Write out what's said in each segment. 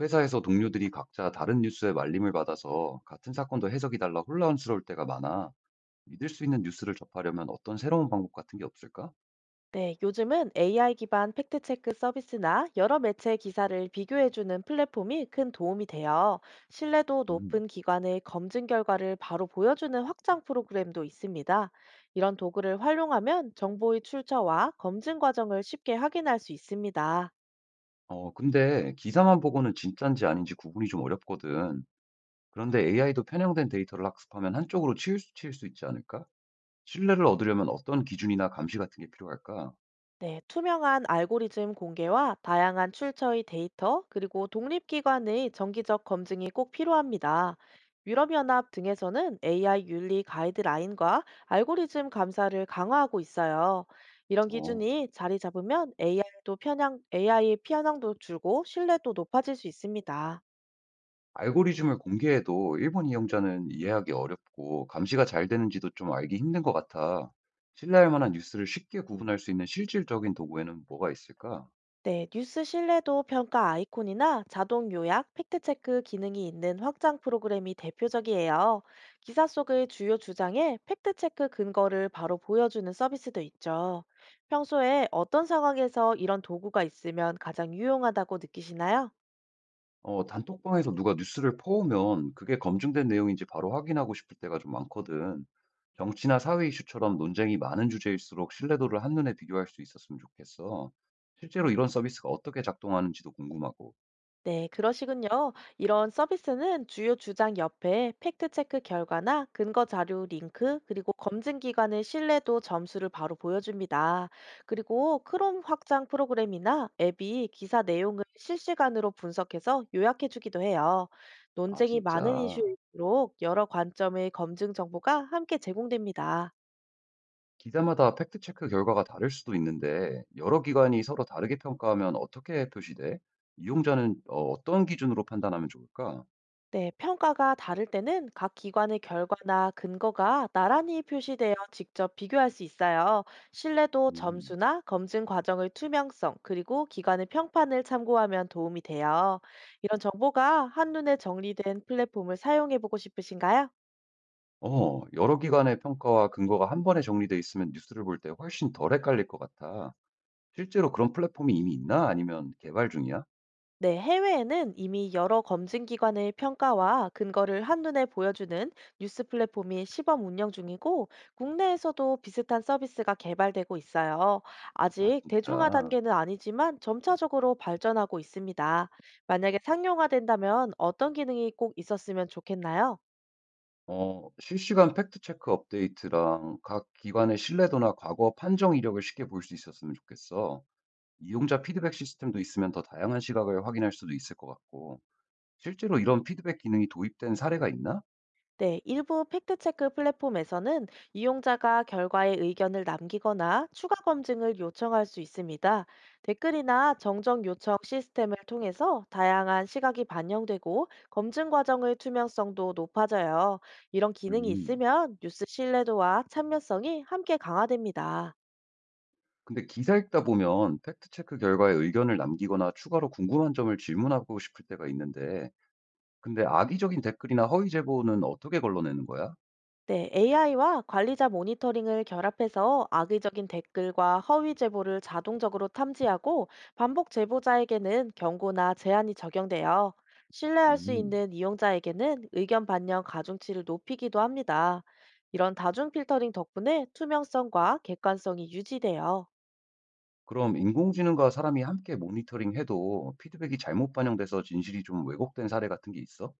회사에서 동료들이 각자 다른 뉴스에 말림을 받아서 같은 사건도 해석이 달라 혼란스러울 때가 많아. 믿을 수 있는 뉴스를 접하려면 어떤 새로운 방법 같은 게 없을까? 네, 요즘은 AI 기반 팩트체크 서비스나 여러 매체 기사를 비교해주는 플랫폼이 큰 도움이 돼요. 신뢰도 음, 높은 기관의 검증 결과를 바로 보여주는 확장 프로그램도 있습니다. 이런 도구를 활용하면 정보의 출처와 검증 과정을 쉽게 확인할 수 있습니다. 근데 기사만 보고는 진짠지 아닌지 구분이 좀 어렵거든. 그런데 AI도 편향된 데이터를 학습하면 한쪽으로 치일 수 있지 않을까? 신뢰를 얻으려면 어떤 기준이나 감시 같은 게 필요할까? 네, 투명한 알고리즘 공개와 다양한 출처의 데이터, 그리고 독립기관의 정기적 검증이 꼭 필요합니다. 유럽연합 등에서는 AI 윤리 가이드라인과 알고리즘 감사를 강화하고 있어요. 이런 어, 기준이 자리 잡으면 AI의 편향도 줄고 신뢰도 높아질 수 있습니다. 알고리즘을 공개해도 일본 이용자는 이해하기 어렵고 감시가 잘 되는지도 좀 알기 힘든 것 같아. 신뢰할 만한 뉴스를 쉽게 구분할 수 있는 실질적인 도구에는 뭐가 있을까? 네, 뉴스 신뢰도 평가 아이콘이나 자동 요약, 팩트체크 기능이 있는 확장 프로그램이 대표적이에요. 기사 속의 주요 주장에 팩트체크 근거를 바로 보여주는 서비스도 있죠. 평소에 어떤 상황에서 이런 도구가 있으면 가장 유용하다고 느끼시나요? 단톡방에서 누가 뉴스를 퍼오면 그게 검증된 내용인지 바로 확인하고 싶을 때가 좀 많거든. 정치나 사회 이슈처럼 논쟁이 많은 주제일수록 신뢰도를 한눈에 비교할 수 있었으면 좋겠어. 실제로 이런 서비스가 어떻게 작동하는지도 궁금하고. 네, 그러시군요. 이런 서비스는 주요 주장 옆에 팩트체크 결과나 근거 자료 링크, 그리고 검증 기관의 신뢰도 점수를 바로 보여줍니다. 그리고 크롬 확장 프로그램이나 앱이 기사 내용을 실시간으로 분석해서 요약해주기도 해요. 아, 논쟁이 많은 진짜. 이슈일수록 여러 관점의 검증 정보가 함께 제공됩니다. 기사마다 팩트 체크 결과가 다를 수도 있는데 여러 기관이 서로 다르게 평가하면 어떻게 표시돼? 이용자는 어떤 기준으로 판단하면 좋을까? 네, 평가가 다를 때는 각 기관의 결과나 근거가 나란히 표시되어 직접 비교할 수 있어요. 신뢰도 음, 점수나 검증 과정의 투명성, 그리고 기관의 평판을 참고하면 도움이 돼요. 이런 정보가 한눈에 정리된 플랫폼을 사용해 보고 싶으신가요? 여러 기관의 평가와 근거가 한 번에 정리돼 있으면 뉴스를 볼 때 훨씬 덜 헷갈릴 것 같아. 실제로 그런 플랫폼이 이미 있나? 아니면 개발 중이야? 네, 해외에는 이미 여러 검증 기관의 평가와 근거를 한눈에 보여주는 뉴스 플랫폼이 시범 운영 중이고, 국내에서도 비슷한 서비스가 개발되고 있어요. 아, 아직 대중화 진짜. 단계는 아니지만 점차적으로 발전하고 있습니다. 만약에 상용화된다면 어떤 기능이 꼭 있었으면 좋겠나요? 실시간 팩트체크 업데이트랑 각 기관의 신뢰도나 과거 판정 이력을 쉽게 볼 수 있었으면 좋겠어. 이용자 피드백 시스템도 있으면 더 다양한 시각을 확인할 수도 있을 것 같고, 실제로 이런 피드백 기능이 도입된 사례가 있나? 네, 일부 팩트체크 플랫폼에서는 이용자가 결과에 의견을 남기거나 추가 검증을 요청할 수 있습니다. 댓글이나 정정 요청 시스템을 통해서 다양한 시각이 반영되고 검증 과정의 투명성도 높아져요. 이런 기능이 음. 있으면 뉴스 신뢰도와 참여성이 함께 강화됩니다. 근데 기사 읽다 보면 팩트체크 결과에 의견을 남기거나 추가로 궁금한 점을 질문하고 싶을 때가 있는데, 근데 악의적인 댓글이나 허위 제보는 어떻게 걸러내는 거야? 네, AI와 관리자 모니터링을 결합해서 악의적인 댓글과 허위 제보를 자동적으로 탐지하고 반복 제보자에게는 경고나 제한이 적용돼요. 신뢰할 수 음. 있는 이용자에게는 의견 반영 가중치를 높이기도 합니다. 이런 다중 필터링 덕분에 투명성과 객관성이 유지돼요. 그럼 인공지능과 사람이 함께 모니터링해도 피드백이 잘못 반영돼서 진실이 좀 왜곡된 사례 같은 게 있어?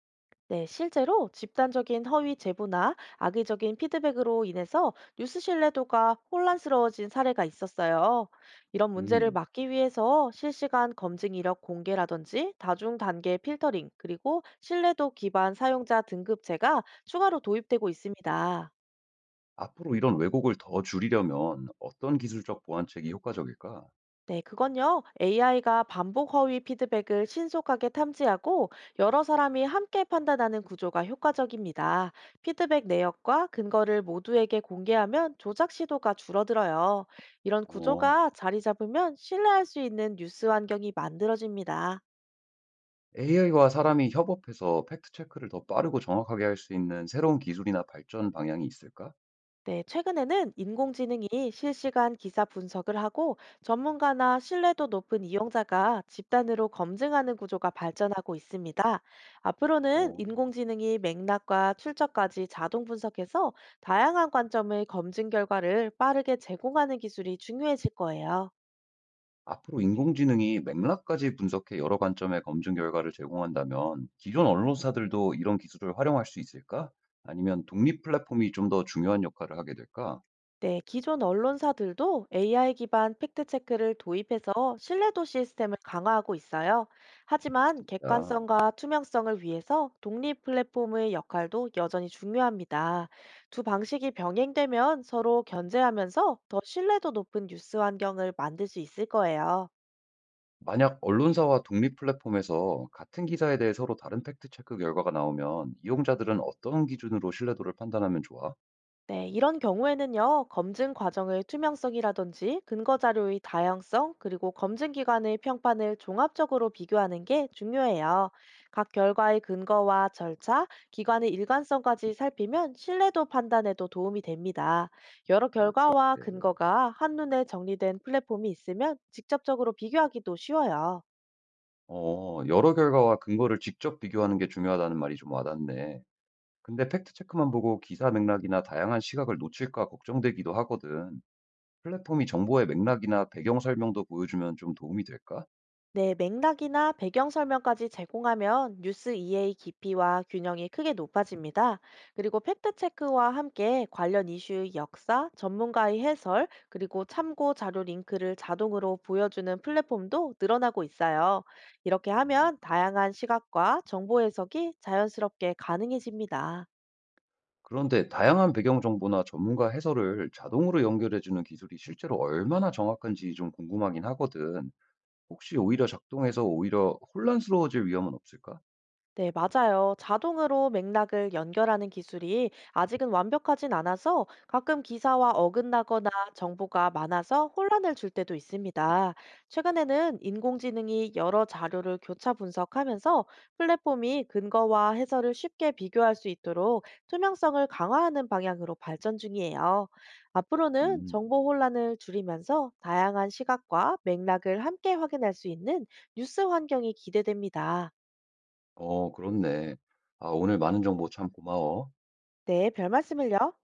네, 실제로 집단적인 허위 제보나 악의적인 피드백으로 인해서 뉴스 신뢰도가 혼란스러워진 사례가 있었어요. 이런 문제를 음. 막기 위해서 실시간 검증 이력 공개라든지 다중 단계 필터링, 그리고 신뢰도 기반 사용자 등급제가 추가로 도입되고 있습니다. 앞으로 이런 왜곡을 더 줄이려면 어떤 기술적 보완책이 효과적일까? 네, 그건요. AI가 반복 허위 피드백을 신속하게 탐지하고 여러 사람이 함께 판단하는 구조가 효과적입니다. 피드백 내역과 근거를 모두에게 공개하면 조작 시도가 줄어들어요. 이런 어. 구조가 자리 잡으면 신뢰할 수 있는 뉴스 환경이 만들어집니다. AI와 사람이 협업해서 팩트 체크를 더 빠르고 정확하게 할 수 있는 새로운 기술이나 발전 방향이 있을까? 네, 최근에는 인공지능이 실시간 기사 분석을 하고 전문가나 신뢰도 높은 이용자가 집단으로 검증하는 구조가 발전하고 있습니다. 앞으로는 어. 인공지능이 맥락과 출처까지 자동 분석해서 다양한 관점의 검증 결과를 빠르게 제공하는 기술이 중요해질 거예요. 앞으로 인공지능이 맥락까지 분석해 여러 관점의 검증 결과를 제공한다면 기존 언론사들도 이런 기술을 활용할 수 있을까? 아니면 독립 플랫폼이 좀 더 중요한 역할을 하게 될까? 네, 기존 언론사들도 AI 기반 팩트체크를 도입해서 신뢰도 시스템을 강화하고 있어요. 아, 하지만 진짜. 객관성과 투명성을 위해서 독립 플랫폼의 역할도 여전히 중요합니다. 두 방식이 병행되면 서로 견제하면서 더 신뢰도 높은 뉴스 환경을 만들 수 있을 거예요. 만약 언론사와 독립 플랫폼에서 같은 기사에 대해 서로 다른 팩트 체크 결과가 나오면 이용자들은 어떤 기준으로 신뢰도를 판단하면 좋아? 네, 이런 경우에는요, 검증 과정의 투명성이라든지 근거 자료의 다양성, 그리고 검증 기관의 평판을 종합적으로 비교하는 게 중요해요. 각 결과의 근거와 절차, 기관의 일관성까지 살피면 신뢰도 판단에도 도움이 됩니다. 여러 아, 결과와 그렇게. 근거가 한눈에 정리된 플랫폼이 있으면 직접적으로 비교하기도 쉬워요. 어 여러 결과와 근거를 직접 비교하는 게 중요하다는 말이 좀 와닿네. 근데 팩트 체크만 보고 기사 맥락이나 다양한 시각을 놓칠까 걱정되기도 하거든. 플랫폼이 정보의 맥락이나 배경 설명도 보여주면 좀 도움이 될까? 네, 맥락이나 배경 설명까지 제공하면 뉴스 이해의 깊이와 균형이 크게 높아집니다. 그리고 팩트체크와 함께 관련 이슈의 역사, 전문가의 해설, 그리고 참고 자료 링크를 자동으로 보여주는 플랫폼도 늘어나고 있어요. 이렇게 음, 하면 다양한 시각과 정보 해석이 자연스럽게 가능해집니다. 그런데 다양한 배경 정보나 전문가 해설을 자동으로 연결해주는 기술이 실제로 얼마나 정확한지 좀 궁금하긴 하거든. 혹시 오히려 작동해서 오히려 혼란스러워질 위험은 없을까? 네, 맞아요. 자동으로 맥락을 연결하는 기술이 아직은 완벽하진 않아서 가끔 기사와 어긋나거나 정보가 많아서 혼란을 줄 때도 있습니다. 최근에는 인공지능이 여러 자료를 교차 분석하면서 플랫폼이 근거와 해설을 쉽게 비교할 수 있도록 투명성을 강화하는 방향으로 발전 중이에요. 앞으로는 음, 정보 혼란을 줄이면서 다양한 시각과 맥락을 함께 확인할 수 있는 뉴스 환경이 기대됩니다. 그렇네. 아, 오늘 많은 정보 참 고마워. 네, 별 말씀을요.